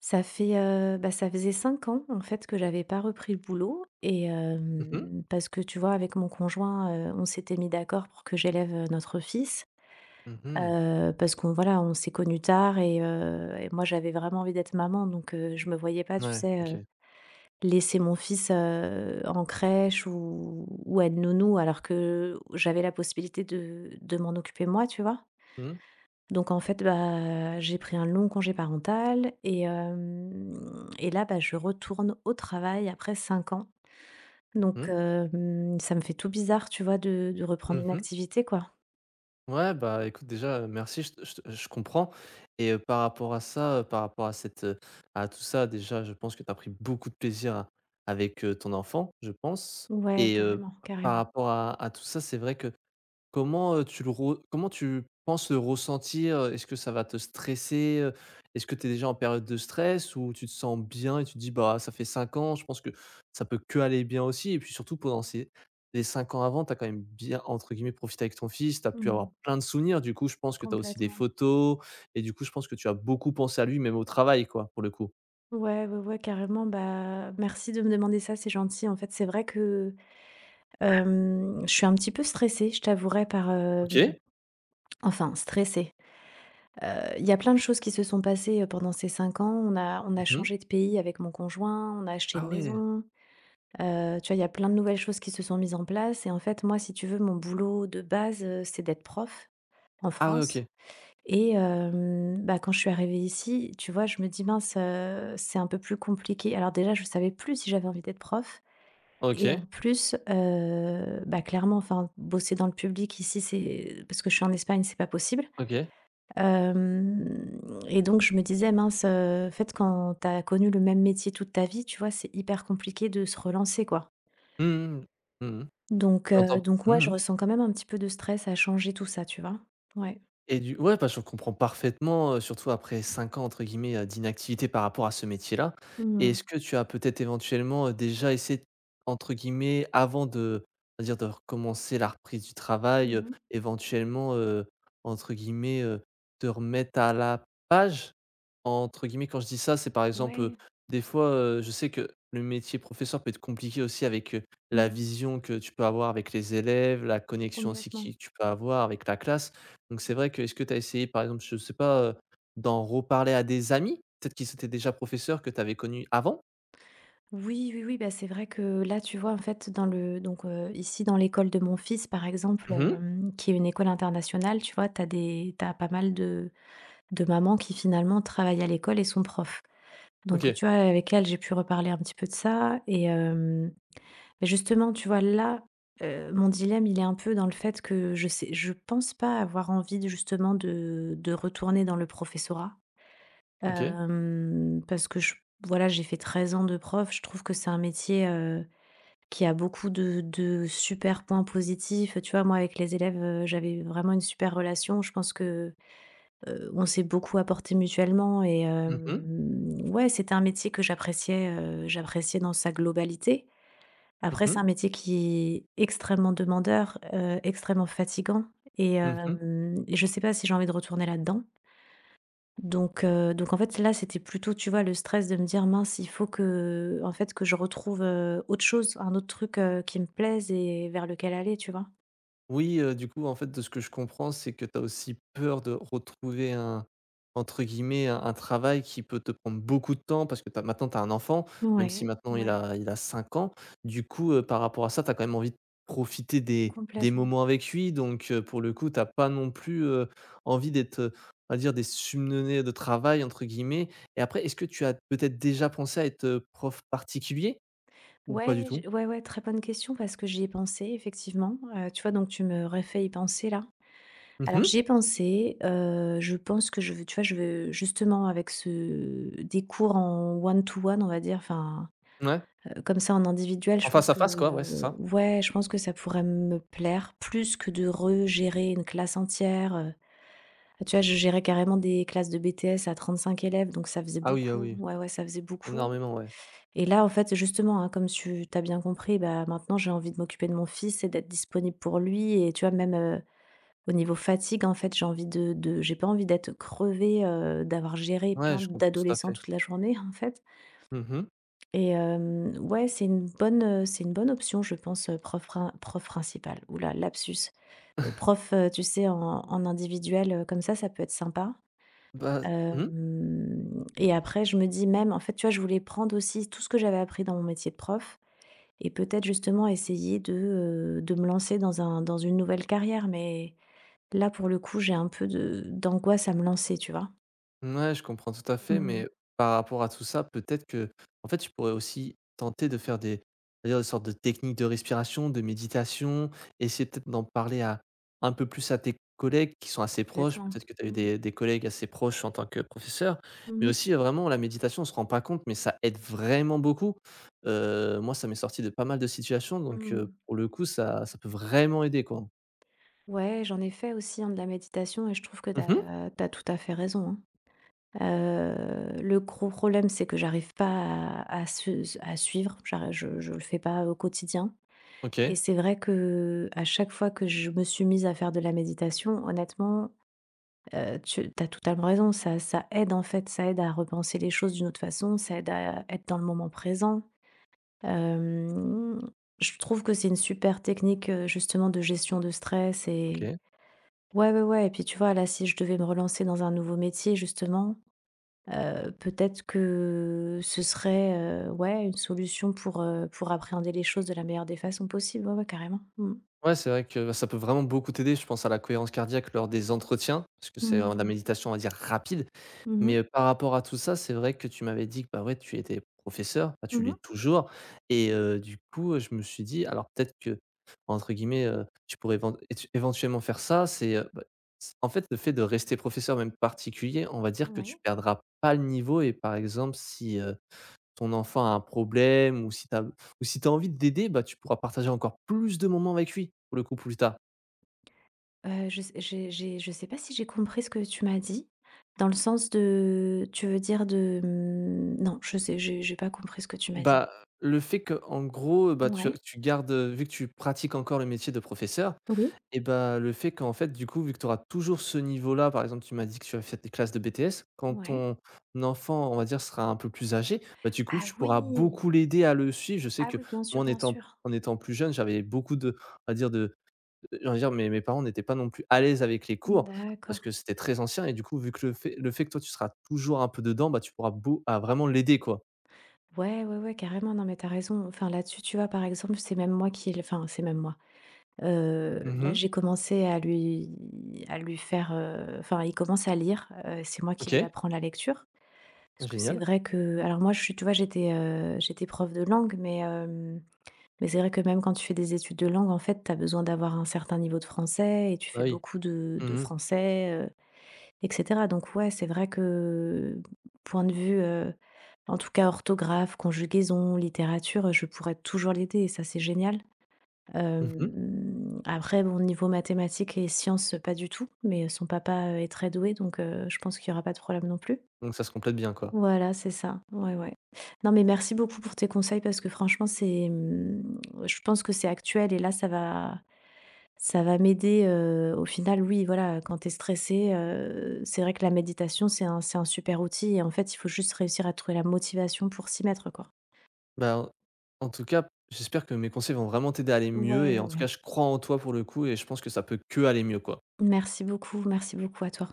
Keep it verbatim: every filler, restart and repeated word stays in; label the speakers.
Speaker 1: Ça fait, heu, bah, ça faisait cinq ans, en fait, que j'avais pas repris le boulot et
Speaker 2: Mmh mh.
Speaker 1: hem, parce que, tu vois, avec mon conjoint, heu, on s'était mis d'accord pour que j'élève, heu, notre fils,
Speaker 2: Mmh mh.
Speaker 1: heu, parce qu'on voilà, on s'est connus tard et heu et moi, j'avais vraiment envie d'être maman donc heu, je me voyais pas, tu
Speaker 2: Ouais,
Speaker 1: sais,
Speaker 2: OK.
Speaker 1: heu, laisser mon fils, heu, en crèche ou ou à une nounou alors que j'avais la possibilité de de m'en occuper moi, tu vois?
Speaker 2: Mmh.
Speaker 1: Donc en fait, bah, j'ai pris un long congé parental et hem et là, bah, je retourne au travail après cinq ans. Donc
Speaker 2: Mmh.
Speaker 1: hem, ça me fait tout bizarre, tu vois, de de reprendre
Speaker 2: Mmh
Speaker 1: une
Speaker 2: mh.
Speaker 1: activité, quoi.
Speaker 2: Ouais, bah, écoute déjà, heu, merci, je te je te je comprends et heu, par rapport à ça, heu, par rapport à cette, heu, à tout ça, déjà, je pense que tu as pris beaucoup de plaisir à avec, heu, ton enfant, je pense
Speaker 1: Ouais,
Speaker 2: et heu,
Speaker 1: carrément,
Speaker 2: par
Speaker 1: carrément.
Speaker 2: rapport à à tout ça, c'est vrai que comment, heu, tu le re comment tu penses le ressentir? Est-ce que ça va te stresser, heu? Est-ce que tu es déjà en période de stress ou tu te sens bien et tu te dis: «Bah, ça fait cinq ans, je pense que ça peut que aller bien aussi» et puis surtout pendant ces les cinq ans avant, tu as quand même bien, entre guillemets, «profité» avec ton fils, tu as pu avoir
Speaker 1: Mmh.
Speaker 2: plein de souvenirs, du coup, je pense que tu as aussi des
Speaker 1: Complètement.
Speaker 2: photos et du coup, je pense que tu as beaucoup pensé à lui, même au travail, quoi, pour le coup.
Speaker 1: Ouais, ouais, ouais, carrément. Bah, merci de me demander ça, c'est gentil. En fait, c'est vrai que, hem, je suis un petit peu stressée, je t'avouerai par, hem
Speaker 2: OK.
Speaker 1: enfin stressée. Heu, il y a plein de choses qui se sont passées, euh, pendant ces cinq ans. On a on a
Speaker 2: Mmh.
Speaker 1: changé de pays avec mon conjoint, on a acheté
Speaker 2: Ah
Speaker 1: une
Speaker 2: ouais!
Speaker 1: maison, heu, tu vois? Il y a plein de nouvelles choses qui se sont mises en place et en fait, moi, si tu veux, mon boulot de base, heu, c'est d'être prof en
Speaker 2: Ah ouais,
Speaker 1: France
Speaker 2: OK.
Speaker 1: et hem, bah, quand je suis arrivée ici, tu vois? Je me dis: «Mince, heu, c'est un peu plus compliqué». Alors déjà, je savais plus si j'avais envie d'être prof et en
Speaker 2: OK.
Speaker 1: plus, heu, bah, clairement, enfin, bosser dans le public ici, c'est parce que je suis en Espagne, c'est pas possible.
Speaker 2: OK.
Speaker 1: Hem et donc je me disais: «Mince, heu, en fait, quand tu as connu le même métier toute ta vie, tu vois, c'est hyper compliqué de se relancer, quoi».
Speaker 2: Mmh mh. Mmh.
Speaker 1: Donc heu,
Speaker 2: J'entends.
Speaker 1: donc ouais, je
Speaker 2: Mmh.
Speaker 1: ressens quand même un petit peu de stress à changer tout ça, tu vois? Ouais.
Speaker 2: Et du ouais, bah, je comprends parfaitement, heu, surtout après cinq ans entre guillemets, heu, «d'inactivité» par rapport à ce métier-là.
Speaker 1: Mmh
Speaker 2: Et
Speaker 1: mh.
Speaker 2: est-ce que tu as peut-être éventuellement, heu, déjà essayé d entre guillemets avant de on dire de recommencer la reprise du travail, heu,
Speaker 1: Mmh.
Speaker 2: éventuellement, heu, entre guillemets, heu, te remettre à la page? Entre guillemets, quand je dis ça, c'est par exemple, heu,
Speaker 1: Ouais.
Speaker 2: des fois, heu, je sais que le métier professeur peut être compliqué aussi avec, heu, la
Speaker 1: Mmh.
Speaker 2: vision que tu peux avoir avec les élèves, la connexion aussi
Speaker 1: Complètement.
Speaker 2: qui que tu peux avoir avec la classe. Donc c'est vrai que est-ce que tu as essayé, par exemple, je sais pas, heu, d'en reparler à des amis? Peut-être qu'ils étaient déjà professeurs que tu avais connus avant?
Speaker 1: Oui, oui, oui, bah, c'est vrai que là, tu vois, en fait, dans le donc heu, ici, dans l'école de mon fils, par exemple,
Speaker 2: Mmh.
Speaker 1: hem, qui est une école internationale, tu vois, tu as des t'as pas mal de de mamans qui finalement travaillent à l'école et sont profs. Donc,
Speaker 2: OK,
Speaker 1: tu vois, avec elle, j'ai pu reparler un petit peu de ça et hem, bah, justement, tu vois, là, heu, mon dilemme, il est un peu dans le fait que je sais je pense pas avoir envie de justement de de retourner dans le professorat,
Speaker 2: OK.
Speaker 1: hem, parce que je voilà, j'ai fait treize ans de prof. Je trouve que c'est un métier, heu, qui a beaucoup de de super points positifs. Tu vois, moi, avec les élèves, heu, j'avais vraiment une super relation. Je pense que Heu, on s'est beaucoup apporté mutuellement et
Speaker 2: Mmh mh.
Speaker 1: hem, ouais, c'était un métier que j'appréciais, heu, j'appréciais dans sa globalité. Après, c'est
Speaker 2: Mmh.
Speaker 1: un métier qui est extrêmement demandeur, heu, extrêmement fatigant et
Speaker 2: Mmh.
Speaker 1: hem et je sais pas si j'ai envie de retourner là-dedans. Donc heu, donc en fait, là, c'était plutôt, tu vois, le stress de me dire: «Mince, il faut que, en fait, que je retrouve, heu, autre chose, un autre truc, heu, qui me plaise et vers lequel aller», tu vois?
Speaker 2: Oui, heu, du coup, en fait, de ce que je comprends, c'est que tu as aussi peur de retrouver un entre guillemets, un un travail qui peut te prendre beaucoup de temps parce que tu maintenant tu as un enfant, même si
Speaker 1: Ouais,
Speaker 2: maintenant il
Speaker 1: ouais,
Speaker 2: a il a cinq ans. Du coup, heu, par rapport à ça, tu as quand même envie de profiter des des
Speaker 1: complètement.
Speaker 2: moments avec lui donc heu, pour le coup, tu as pas non plus, heu, envie d'être, heu, on va dire «des subnonnés de travail» entre guillemets et après est-ce que tu as peut-être déjà pensé à être, heu, prof particulier ou pas du
Speaker 1: Ouais,
Speaker 2: tout?
Speaker 1: j ouais, ouais, très bonne question parce que j'y ai pensé effectivement, heu, tu vois? Donc tu me refais y penser là. Alors
Speaker 2: Mmh.
Speaker 1: j'y ai pensé, heu, je pense que je veux tu vois? Je veux justement avec ce des cours en one to one on va dire, enfin,
Speaker 2: Ouais,
Speaker 1: heu, comme ça en individuel,
Speaker 2: en
Speaker 1: je
Speaker 2: face
Speaker 1: pense
Speaker 2: à face quoi, ouais, c'est
Speaker 1: que
Speaker 2: ça.
Speaker 1: ouais, je pense que ça pourrait me plaire plus que de regérer une classe entière, heu. Tu vois? Je gérais carrément des classes de B T S à trente-cinq élèves donc ça faisait
Speaker 2: Ah oui, ah
Speaker 1: beaucoup.
Speaker 2: oui.
Speaker 1: Ouais, ouais, ça faisait beaucoup.
Speaker 2: Énormément, ouais.
Speaker 1: Et là, en fait, justement, hein, comme tu tu as bien compris, bah, maintenant, j'ai envie de m'occuper de mon fils et d'être disponible pour lui et tu vois même, heu, au niveau fatigue, en fait, j'ai envie de de j'ai pas envie d'être crevée, heu, d'avoir géré
Speaker 2: Ouais,
Speaker 1: plein
Speaker 2: je comprends tout à
Speaker 1: d'adolescents
Speaker 2: fait.
Speaker 1: toute la journée, en fait
Speaker 2: Mmh.
Speaker 1: et hem, ouais, c'est une bonne, heu, c'est une bonne option, je pense, heu, prof rin prof principal. Oula, lapsus. Heu, prof, heu, tu sais, en en individuel, heu, comme ça, ça peut être sympa.
Speaker 2: Bah mmh mh.
Speaker 1: Hem et après, je me dis même en fait, tu vois, je voulais prendre aussi tout ce que j'avais appris dans mon métier de prof et peut-être justement essayer de, heu, de me lancer dans un dans une nouvelle carrière, mais là, pour le coup, j'ai un peu de d'angoisse à me lancer, tu vois?
Speaker 2: Je comprends tout à fait,
Speaker 1: Mmh,
Speaker 2: mais par rapport à tout ça, peut-être que en fait, tu pourrais aussi tenter de faire des on va dire des sortes de techniques de respiration, de méditation, essayer peut-être d'en parler à un peu plus à tes collègues qui sont assez proches.
Speaker 1: complètement.
Speaker 2: Peut-être que tu as eu
Speaker 1: Mmh.
Speaker 2: des des collègues assez proches en tant que professeur, mais
Speaker 1: Mmh
Speaker 2: aussi, heu, vraiment la méditation, on se rend pas compte, mais ça aide vraiment beaucoup. Heu, moi, ça m'est sorti de pas mal de situations,
Speaker 1: mh.
Speaker 2: donc heu,
Speaker 1: Mmh.
Speaker 2: pour le coup, ça ça peut vraiment aider, quoi.
Speaker 1: Ouais, j'en ai fait aussi, hein, de la méditation et je trouve que
Speaker 2: Mmh.
Speaker 1: t'as as tout à fait raison, hein. Heu, le gros problème, c'est que j'arrive pas à à se à suivre, j'arri je je le fais pas au quotidien et
Speaker 2: OK.
Speaker 1: c'est vrai que à chaque fois que je me suis mise à faire de la méditation, honnêtement. Heu, tu as totalement raison, ça ça aide en fait, ça aide à repenser les choses d'une autre façon, ça aide à être dans le moment présent. Hem, je trouve que c'est une super technique, heu, justement de gestion de stress et
Speaker 2: OK.
Speaker 1: ouais, ouais, ouais et puis tu vois, là, si je devais me relancer dans un nouveau métier justement, heu, peut-être que ce serait, heu, ouais, une solution pour, heu, pour appréhender les choses de la meilleure des façons possibles. Ouais, ouais, carrément. Mmh.
Speaker 2: Ouais, c'est vrai que bah, ça peut vraiment beaucoup t'aider. Je pense à la cohérence cardiaque lors des entretiens, parce que c'est, heu, de la
Speaker 1: Mmh.
Speaker 2: méditation, on va dire, rapide.
Speaker 1: Mmh mh.
Speaker 2: Mais, heu, par rapport à tout ça, c'est vrai que tu m'avais dit que, bah, ouais, tu étais professeur, bah, tu l'es
Speaker 1: Mmh.
Speaker 2: toujours et heu, du coup, heu, je me suis dit alors peut-être que, entre guillemets, heu, tu pourrais évent étu éventuellement faire ça, c'est, heu, bah, c en fait, le fait de rester professeur, même particulier, on va dire que
Speaker 1: Oui.
Speaker 2: tu perdras pas le niveau et par exemple si, ton enfant a un problème ou si tu as ou si t'as as envie d'aider, bah, tu pourras partager encore plus de moments avec lui, pour le coup, plus tard.
Speaker 1: Heu, je sais j'ai j'ai je sais pas si j'ai compris ce que tu m'as dit, dans le sens de tu veux dire de, mmh, non, je sais, j'ai j'ai pas compris ce que tu m'as dit.
Speaker 2: Bah, le fait que en gros, bah, tu
Speaker 1: Ouais,
Speaker 2: tu gardes, heu, vu que tu pratiques encore le métier de professeur
Speaker 1: oui,
Speaker 2: et bah, le fait qu'en fait, du coup, vu que tu auras toujours ce niveau-là, par exemple, tu m'as dit que tu as fait des classes de B T S, quand
Speaker 1: ouais.
Speaker 2: ton enfant, on va dire, sera un peu plus âgé, bah, du coup,
Speaker 1: Ah
Speaker 2: tu pourras
Speaker 1: oui!
Speaker 2: beaucoup l'aider à le suivre. Je sais
Speaker 1: Ah
Speaker 2: que
Speaker 1: oui, bien sûr,
Speaker 2: moi, en
Speaker 1: bien
Speaker 2: étant
Speaker 1: sûr.
Speaker 2: en étant plus jeune, j'avais beaucoup de, on va dire de j'ai envie de dire mes mes parents n'étaient pas non plus à l'aise avec les cours, parce
Speaker 1: D'accord.
Speaker 2: que c'était très ancien et du coup, vu que le fait le fait que toi tu seras toujours un peu dedans, bah, tu pourras beau à vraiment l'aider quoi.
Speaker 1: Ouais, ouais, ouais, carrément, non, mais t'as raison. Enfin, là-dessus, tu vois, par exemple, c'est même moi qui l enfin, c'est même moi. Heu, là,
Speaker 2: Mmh.
Speaker 1: j'ai commencé à lui à lui faire, heu, enfin, il commence à lire, heu, c'est moi qui lui
Speaker 2: OK.
Speaker 1: apprends la lecture. Parce que c'est
Speaker 2: Génial.
Speaker 1: vrai que alors moi je suis tu vois j'étais, heu, j'étais prof de langue mais, hem, mais c'est vrai que même quand tu fais des études de langue, en fait, tu as besoin d'avoir un certain niveau de français et tu
Speaker 2: Bah,
Speaker 1: fais
Speaker 2: oui.
Speaker 1: beaucoup de de
Speaker 2: Mmh mh.
Speaker 1: français, heu et cetera. Donc ouais, c'est vrai que, point de vue, heu, en tout cas orthographe, conjugaison, littérature, je pourrais toujours l'aider et ça c'est génial.
Speaker 2: Mmh.
Speaker 1: Hem, après bon niveau mathématiques et sciences, pas du tout, mais son papa est très doué donc, heu, je pense qu'il y aura pas de problème non plus.
Speaker 2: Donc ça se complète bien quoi.
Speaker 1: Voilà, c'est ça. Ouais, ouais. Non, mais merci beaucoup pour tes conseils parce que franchement, c'est, mmh, je pense que c'est actuel et là, ça va, ça va, m'aider. euh, au final, oui, voilà, quand t'es stressé, euh, c'est vrai que la méditation, c'est un, c'est un super outil et en fait, il faut juste réussir à trouver la motivation pour s'y mettre, quoi.
Speaker 2: Bah, en en tout cas, j'espère que mes conseils vont vraiment t'aider à aller mieux et
Speaker 1: Ouais,
Speaker 2: en tout cas,
Speaker 1: ouais.
Speaker 2: je crois en toi pour le coup et je pense que ça peut que aller mieux quoi.
Speaker 1: Merci beaucoup, merci beaucoup à toi.